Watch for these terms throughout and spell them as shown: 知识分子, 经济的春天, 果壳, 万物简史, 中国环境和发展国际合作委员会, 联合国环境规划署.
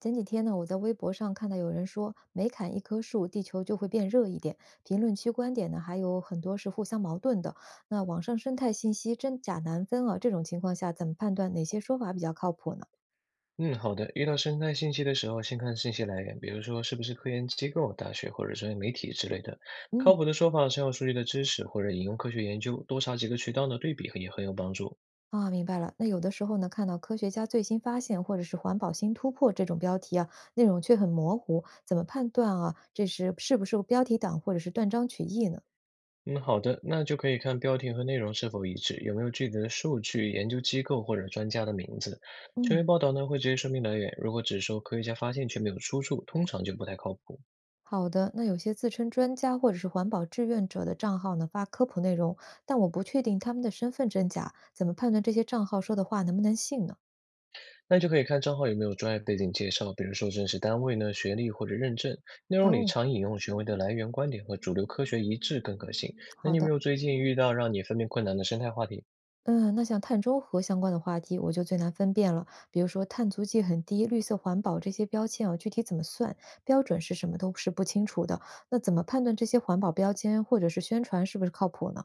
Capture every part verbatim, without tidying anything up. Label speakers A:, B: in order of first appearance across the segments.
A: 前几天呢，我在微博上看到有人说，每砍一棵树，地球就会变热一点。评论区观点呢，还有很多是互相矛盾的。那网上生态信息真假难分啊，这种情况下怎么判断哪些说法比较靠谱呢？
B: 嗯，好的。遇到生态信息的时候，先看信息来源，比如说是不是科研机构、大学或者专业媒体之类的。靠
A: 嗯，
B: 谱的说法是要数据的支持或者引用科学研究，多查几个渠道呢，对比也很有帮助。
A: 啊，明白了。那有的时候呢，看到科学家最新发现或者是环保新突破这种标题啊，内容却很模糊，怎么判断啊？这是是不是标题党或者是断章取义呢？
B: 嗯，好的，那就可以看标题和内容是否一致，有没有具体的数据、研究机构或者专家的名字。权
A: 嗯，
B: 威报道呢会直接说明来源，如果只说科学家发现却没有出处，通常就不太靠谱。
A: 好的，那有些自称专家或者是环保志愿者的账号呢，发科普内容，但我不确定他们的身份真假，怎么判断这些账号说的话能不能信呢？
B: 那就可以看账号有没有专业背景介绍，比如说正式单位呢、学历或者认证。内容里
A: 哦，
B: 常引用权威的来源观点和主流科学一致更可信。那
A: 好
B: 你有没
A: 的，
B: 有最近遇到让你分辨困难的生态话题？
A: 嗯，那像碳中和相关的话题，我就最难分辨了。比如说碳足迹很低、绿色环保这些标签啊，具体怎么算，标准是什么都是不清楚的。那怎么判断这些环保标签或者是宣传是不是靠谱呢？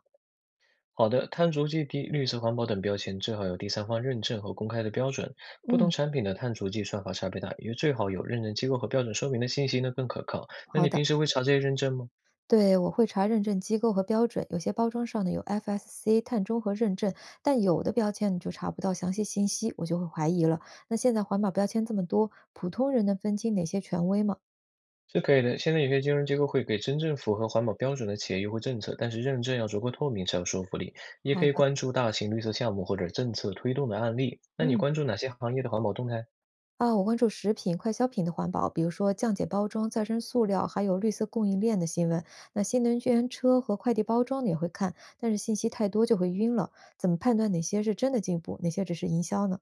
B: 好的，碳足迹低、绿色环保等标签最好有第三方认证和公开的标准。不同
A: 嗯，
B: 产品的碳足迹算法差别大，也最好有认证机构和标准说明的信息呢更可靠。那
A: 好
B: 你
A: 的。
B: 平时会查这些认证吗？
A: 对，我会查认证机构和标准，有些包装上呢有 F S C 碳中和认证，但有的标签你就查不到详细信息，我就会怀疑了。那现在环保标签这么多，普通人能分清哪些权威吗？
B: 是可以的。现在有些金融机构会给真正符合环保标准的企业优惠政策，但是认证要足够透明才有说服力。也
A: 好
B: 可以
A: 的，
B: 关注大型绿色项目或者政策推动的案例。那你
A: 嗯，
B: 关注哪些行业的环保动态？
A: 啊，我关注食品、快消品的环保，比如说降解包装、再生塑料，还有绿色供应链的新闻。那新能源车和快递包装呢也会看，但是信息太多就会晕了。怎么判断哪些是真的进步，哪些只是营销呢？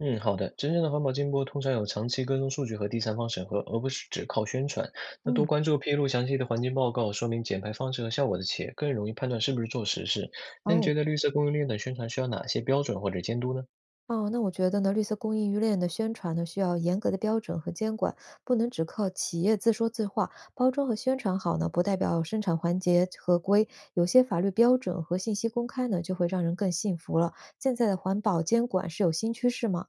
B: 嗯，好的。真正的环保进步通常有长期跟踪数据和第三方审核，而不是只靠宣传。那
A: 嗯，
B: 多关注披露详细的环境报告，说明减排方式和效果的企业，更容易判断是不是做实事。那你
A: 哦。
B: 觉得绿色供应链的宣传需要哪些标准或者监督呢？
A: 哦，那我觉得呢，绿色供应链的宣传呢，需要严格的标准和监管，不能只靠企业自说自话。包装和宣传好呢，不代表生产环节合规。有些法律标准和信息公开呢，就会让人更信服了。现在的环保监管是有新趋势吗？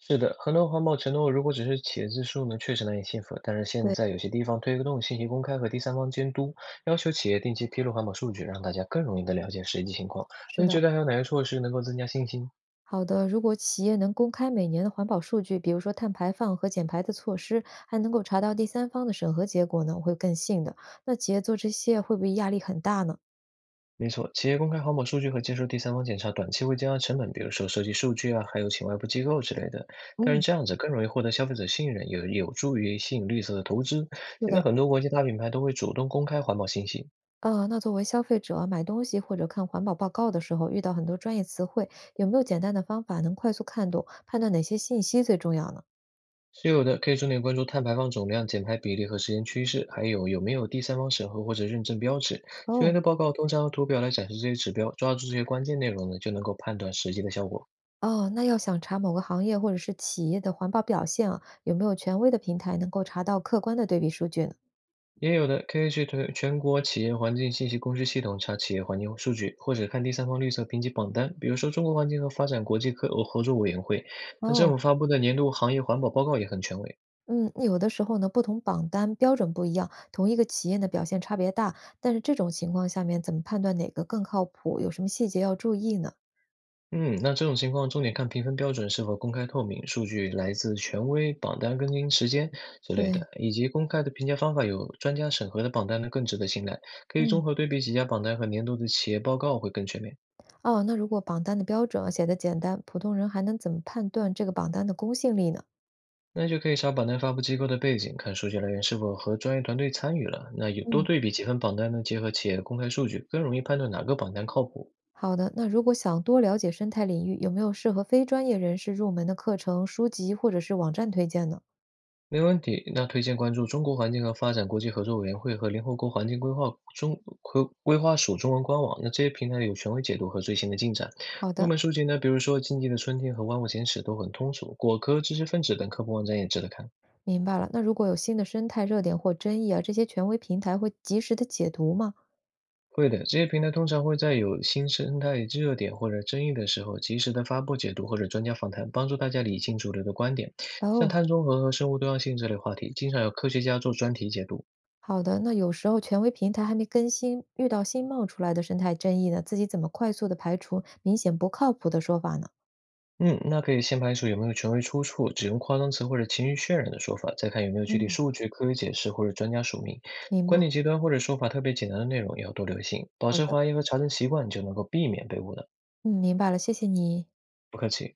B: 是的，很多环保承诺如果只是企业字数呢，确实难以信服。但是现
A: 对，
B: 在有些地方推动信息公开和第三方监督，要求企业定期披露环保数据，让大家更容易的了解实际情况。
A: 是
B: 那你
A: 的。
B: 觉得还有哪些措施能够增加信心？
A: 好的，如果企业能公开每年的环保数据，比如说碳排放和减排的措施，还能够查到第三方的审核结果呢，我会更信的。那企业做这些会不会压力很大呢？
B: 没错，企业公开环保数据和接受第三方检查，短期会降低成本，比如说收集数据啊，还有请外部机构之类的。但是
A: 嗯，
B: 这样子更容易获得消费者信任，也有助于吸引绿色的投资。
A: 是
B: 现在
A: 的。
B: 很多国际大品牌都会主动公开环保信息。
A: 呃，那作为消费者买东西或者看环保报告的时候，遇到很多专业词汇，有没有简单的方法能快速看懂，判断哪些信息最重要呢？
B: 是有的，可以重点关注碳排放总量、减排比例和时间趋势，还有有没有第三方审核或者认证标志。球员
A: 哦，
B: 的报告通常用图表来展示这些指标，抓住这些关键内容呢，就能够判断实际的效果。
A: 哦，那要想查某个行业或者是企业的环保表现啊，有没有权威的平台能够查到客观的对比数据呢？
B: 也有的可以去推全国企业环境信息公示系统查企业环境数据，或者看第三方绿色评级榜单，比如说中国环境和发展国际科呃合作委员会。那政
A: 哦，
B: 府发布的年度行业环保报告也很权威。
A: 嗯，有的时候呢，不同榜单标准不一样，同一个企业的表现差别大，但是这种情况下面怎么判断哪个更靠谱？有什么细节要注意呢？
B: 嗯，那这种情况重点看评分标准是否公开透明，数据来自权威、榜单更新时间之类
A: 对，
B: 的，以及公开的评价方法有专家审核的榜单呢更值得信赖。可以综
A: 嗯。
B: 合对比几家榜单和年度的企业报告会更全面。
A: 哦，那如果榜单的标准啊写的简单，普通人还能怎么判断这个榜单的公信力呢？
B: 那就可以查榜单发布机构的背景，看数据来源是否和专业团队参与了。那有多
A: 嗯，
B: 对比几份榜单呢，结合企业的公开数据，更容易判断哪个榜单靠谱。
A: 好的，那如果想多了解生态领域，有没有适合非专业人士入门的课程、书籍或者是网站推荐呢？
B: 没问题，那推荐关注中国环境和发展国际合作委员会和联合国环境规划中规规划署中文官网，那这些平台有权威解读和最新的进展。
A: 好
B: 入
A: 的，
B: 门书籍呢，比如说《经济的春天》和《万物简史》都很通俗，果壳、知识分子等科普网站也值得看。
A: 明白了。那如果有新的生态热点或争议啊，这些权威平台会及时的解读吗？
B: 会的，这些平台通常会在有新生态热点或者争议的时候，及时的发布解读或者专家访谈，帮助大家理清主流的观点。像
A: 哦，
B: 碳中和和生物多样性这类话题，经常有科学家做专题解读。
A: 好的。那有时候权威平台还没更新，遇到新冒出来的生态争议呢，自己怎么快速的排除明显不靠谱的说法呢？
B: 嗯，那可以先排除有没有权威出处，只用夸张词或者情绪渲染的说法，再看有没有具体
A: 嗯，
B: 数据、科学解释或者专家署名。
A: 明白。
B: 观点极端或者说法特别简单的内容也要多留心，保
A: 好
B: 持
A: 的，
B: 怀疑和查证习惯，你就能够避免被误导。
A: 嗯，明白了，谢谢你。
B: 不客气。